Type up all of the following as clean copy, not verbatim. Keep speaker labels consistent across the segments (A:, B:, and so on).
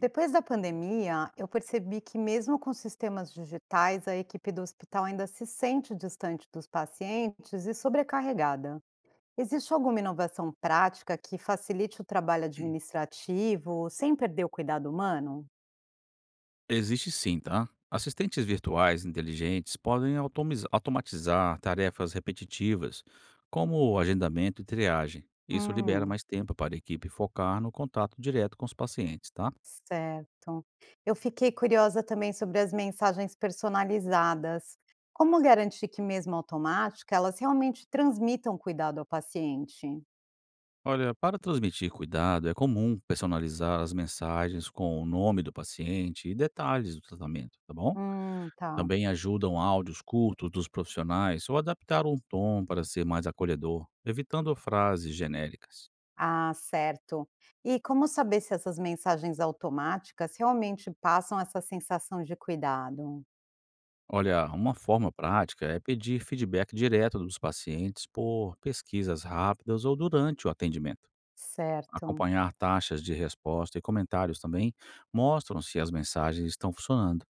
A: Depois da pandemia, eu percebi que, mesmo com sistemas digitais, a equipe do hospital ainda se sente distante dos pacientes e sobrecarregada. Existe alguma inovação prática que facilite o trabalho administrativo sem perder o cuidado humano?
B: Existe sim, tá? Assistentes virtuais inteligentes podem automatizar tarefas repetitivas, como agendamento e triagem. Isso libera
A: Hum,
B: mais tempo para a equipe focar no contato direto com os pacientes, tá?
A: certo. Eu fiquei curiosa também sobre as mensagens personalizadas. Como garantir que, mesmo automática, elas realmente transmitam cuidado ao paciente?
B: Olha, para transmitir cuidado, é comum personalizar as mensagens com o nome do paciente e detalhes do tratamento, tá bom?
A: Tá.
B: Também ajudam áudios curtos dos profissionais ou adaptar um tom para ser mais acolhedor, evitando frases genéricas.
A: Ah, certo. E como saber se essas mensagens automáticas realmente passam essa sensação de cuidado?
B: Olha, uma forma prática é pedir feedback direto dos pacientes por pesquisas rápidas ou durante o atendimento.
A: Certo.
B: Acompanhar taxas de resposta e comentários também mostram se as mensagens estão funcionando.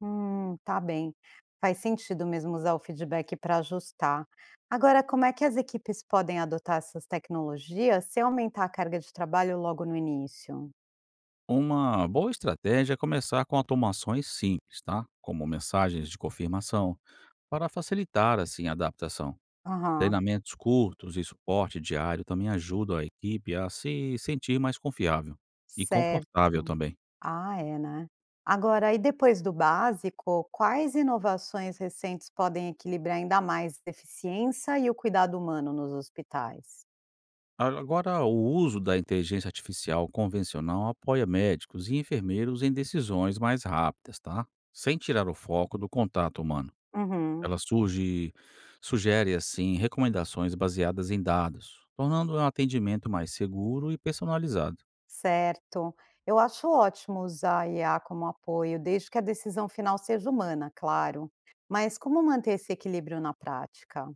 A: Tá bem. Faz sentido mesmo usar o feedback para ajustar. Agora, como é que as equipes podem adotar essas tecnologias sem aumentar a carga de trabalho logo no início?
B: Uma boa estratégia é começar com automações simples, tá? Como mensagens de confirmação, para facilitar assim a adaptação.
A: Aham,
B: Treinamentos curtos e suporte diário também ajudam a equipe a se sentir mais confiável e
A: certo.
B: confortável também.
A: Ah, é, né? Agora, e depois do básico, quais inovações recentes podem equilibrar ainda mais a eficiência e o cuidado humano nos hospitais?
B: A agora o uso da inteligência artificial convencional apoia médicos e enfermeiros em decisões mais rápidas, tá? Sem tirar o foco do contato humano.
A: Uhum.
B: Ela surge Sugere assim recomendações baseadas em dados, tornando o atendimento mais seguro e personalizado.
A: Certo. Eu acho ótimo usar a IA como apoio, desde que a decisão final seja humana, claro. Mas como manter esse equilíbrio na prática?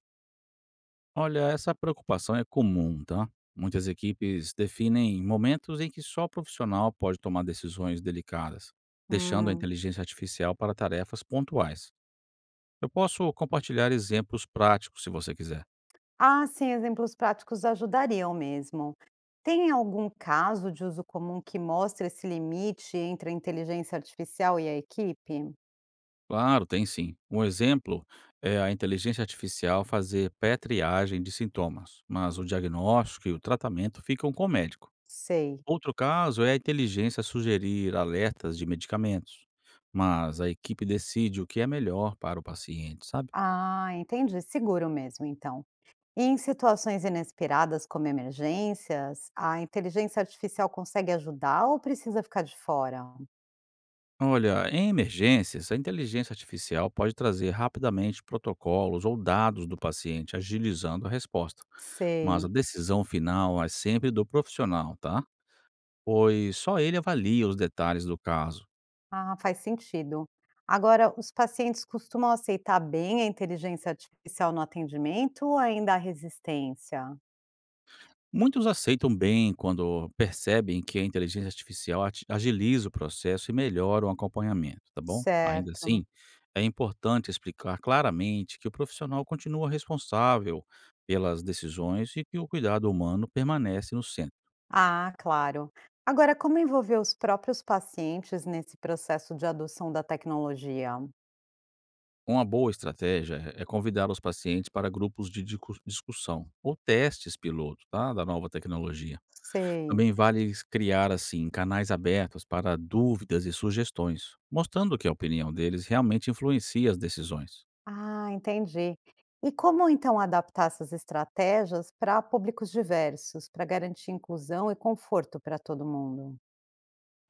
B: Olha, essa preocupação é comum, tá? Muitas equipes definem momentos em que só o profissional pode tomar decisões delicadas, deixando a
A: Hum.
B: inteligência artificial para tarefas pontuais. Eu posso compartilhar exemplos práticos se você quiser.
A: Ah, sim, exemplos práticos ajudariam mesmo. Tem algum caso de uso comum que mostra esse limite entre a inteligência artificial e a equipe?
B: Claro, tem sim. Um exemplo é a inteligência artificial fazer pré-triagem de sintomas, mas o diagnóstico e o tratamento ficam com o médico.
A: Sei.
B: Outro caso é a inteligência sugerir alertas de medicamentos, mas a equipe decide o que é melhor para o paciente, sabe?
A: Ah, entendi. Seguro mesmo, então. E em situações inesperadas, como emergências, a inteligência artificial consegue ajudar ou precisa ficar de fora?
B: Olha, em emergências, a inteligência artificial pode trazer rapidamente protocolos ou dados do paciente, agilizando a resposta, mas a
A: Sei.
B: decisão final é sempre do profissional, tá? Pois só ele avalia os detalhes do caso.
A: Ah, faz sentido. Agora, os pacientes costumam aceitar bem a inteligência artificial no atendimento ou ainda há resistência?
B: Muitos aceitam bem quando percebem que a inteligência artificial agiliza o processo e melhora o acompanhamento, tá bom? Ainda
A: Certo.
B: assim, é importante explicar claramente que o profissional continua responsável pelas decisões e que o cuidado humano permanece no centro.
A: Ah, claro. Agora, como envolver os próprios pacientes nesse processo de adoção da tecnologia?
B: Uma boa estratégia é convidar os pacientes para grupos de discussão ou testes piloto, tá? Da nova tecnologia,
A: Sei.
B: também vale criar assim canais abertos para dúvidas e sugestões, mostrando que a opinião deles realmente influencia as decisões.
A: Ah, entendi. E como então adaptar essas estratégias para públicos diversos, para garantir inclusão e conforto para todo mundo?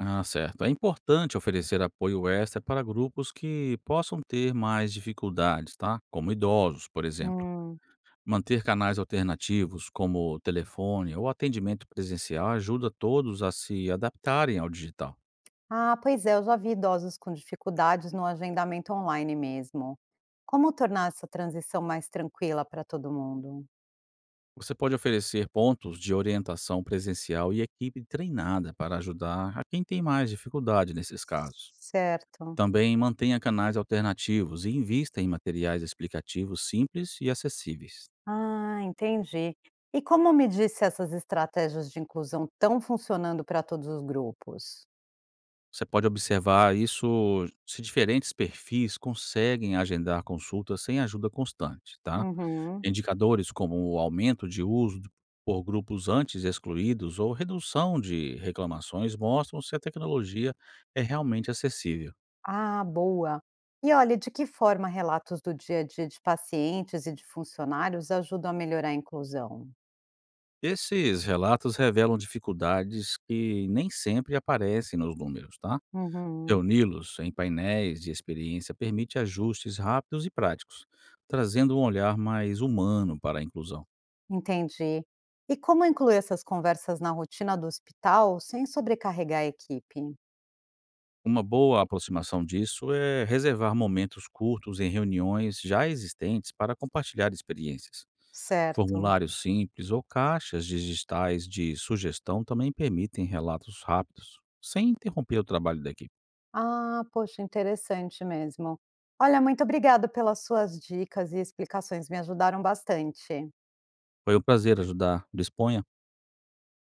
B: Ah, certo. É importante oferecer apoio extra para grupos que possam ter mais dificuldades, tá? Como idosos, por exemplo.
A: Hum.
B: Manter canais alternativos, como telefone ou atendimento presencial, ajuda todos a se adaptarem ao digital.
A: Ah, pois é, eu já vi idosos com dificuldades no agendamento online mesmo. Como tornar essa transição mais tranquila para todo mundo?
B: Você pode oferecer pontos de orientação presencial e equipe treinada para ajudar a quem tem mais dificuldade nesses casos.
A: Certo.
B: Também mantenha canais alternativos e invista em materiais explicativos simples e acessíveis.
A: Ah, entendi. E como me disse essas estratégias de inclusão estão funcionando para todos os grupos?
B: Você pode observar isso se diferentes perfis conseguem agendar consultas sem ajuda constante, tá?
A: Uhum.
B: Indicadores como o aumento de uso por grupos antes excluídos ou redução de reclamações mostram se a tecnologia é realmente acessível.
A: Ah, boa. E olha, de que forma relatos do dia a dia de pacientes e de funcionários ajudam a melhorar a inclusão?
B: Esses relatos revelam dificuldades que nem sempre aparecem nos números, tá?
A: Uhum.
B: Reuni-los em painéis de experiência permite ajustes rápidos e práticos, trazendo um olhar mais humano para a inclusão.
A: Entendi. E como incluir essas conversas na rotina do hospital sem sobrecarregar a equipe?
B: Uma boa aproximação disso é reservar momentos curtos em reuniões já existentes para compartilhar experiências.
A: Certo.
B: Formulários simples ou caixas digitais de sugestão também permitem relatos rápidos, sem interromper o trabalho da equipe.
A: Ah, poxa, interessante mesmo. Olha, muito obrigada pelas suas dicas e explicações, me ajudaram bastante.
B: Foi um prazer ajudar. Disponha.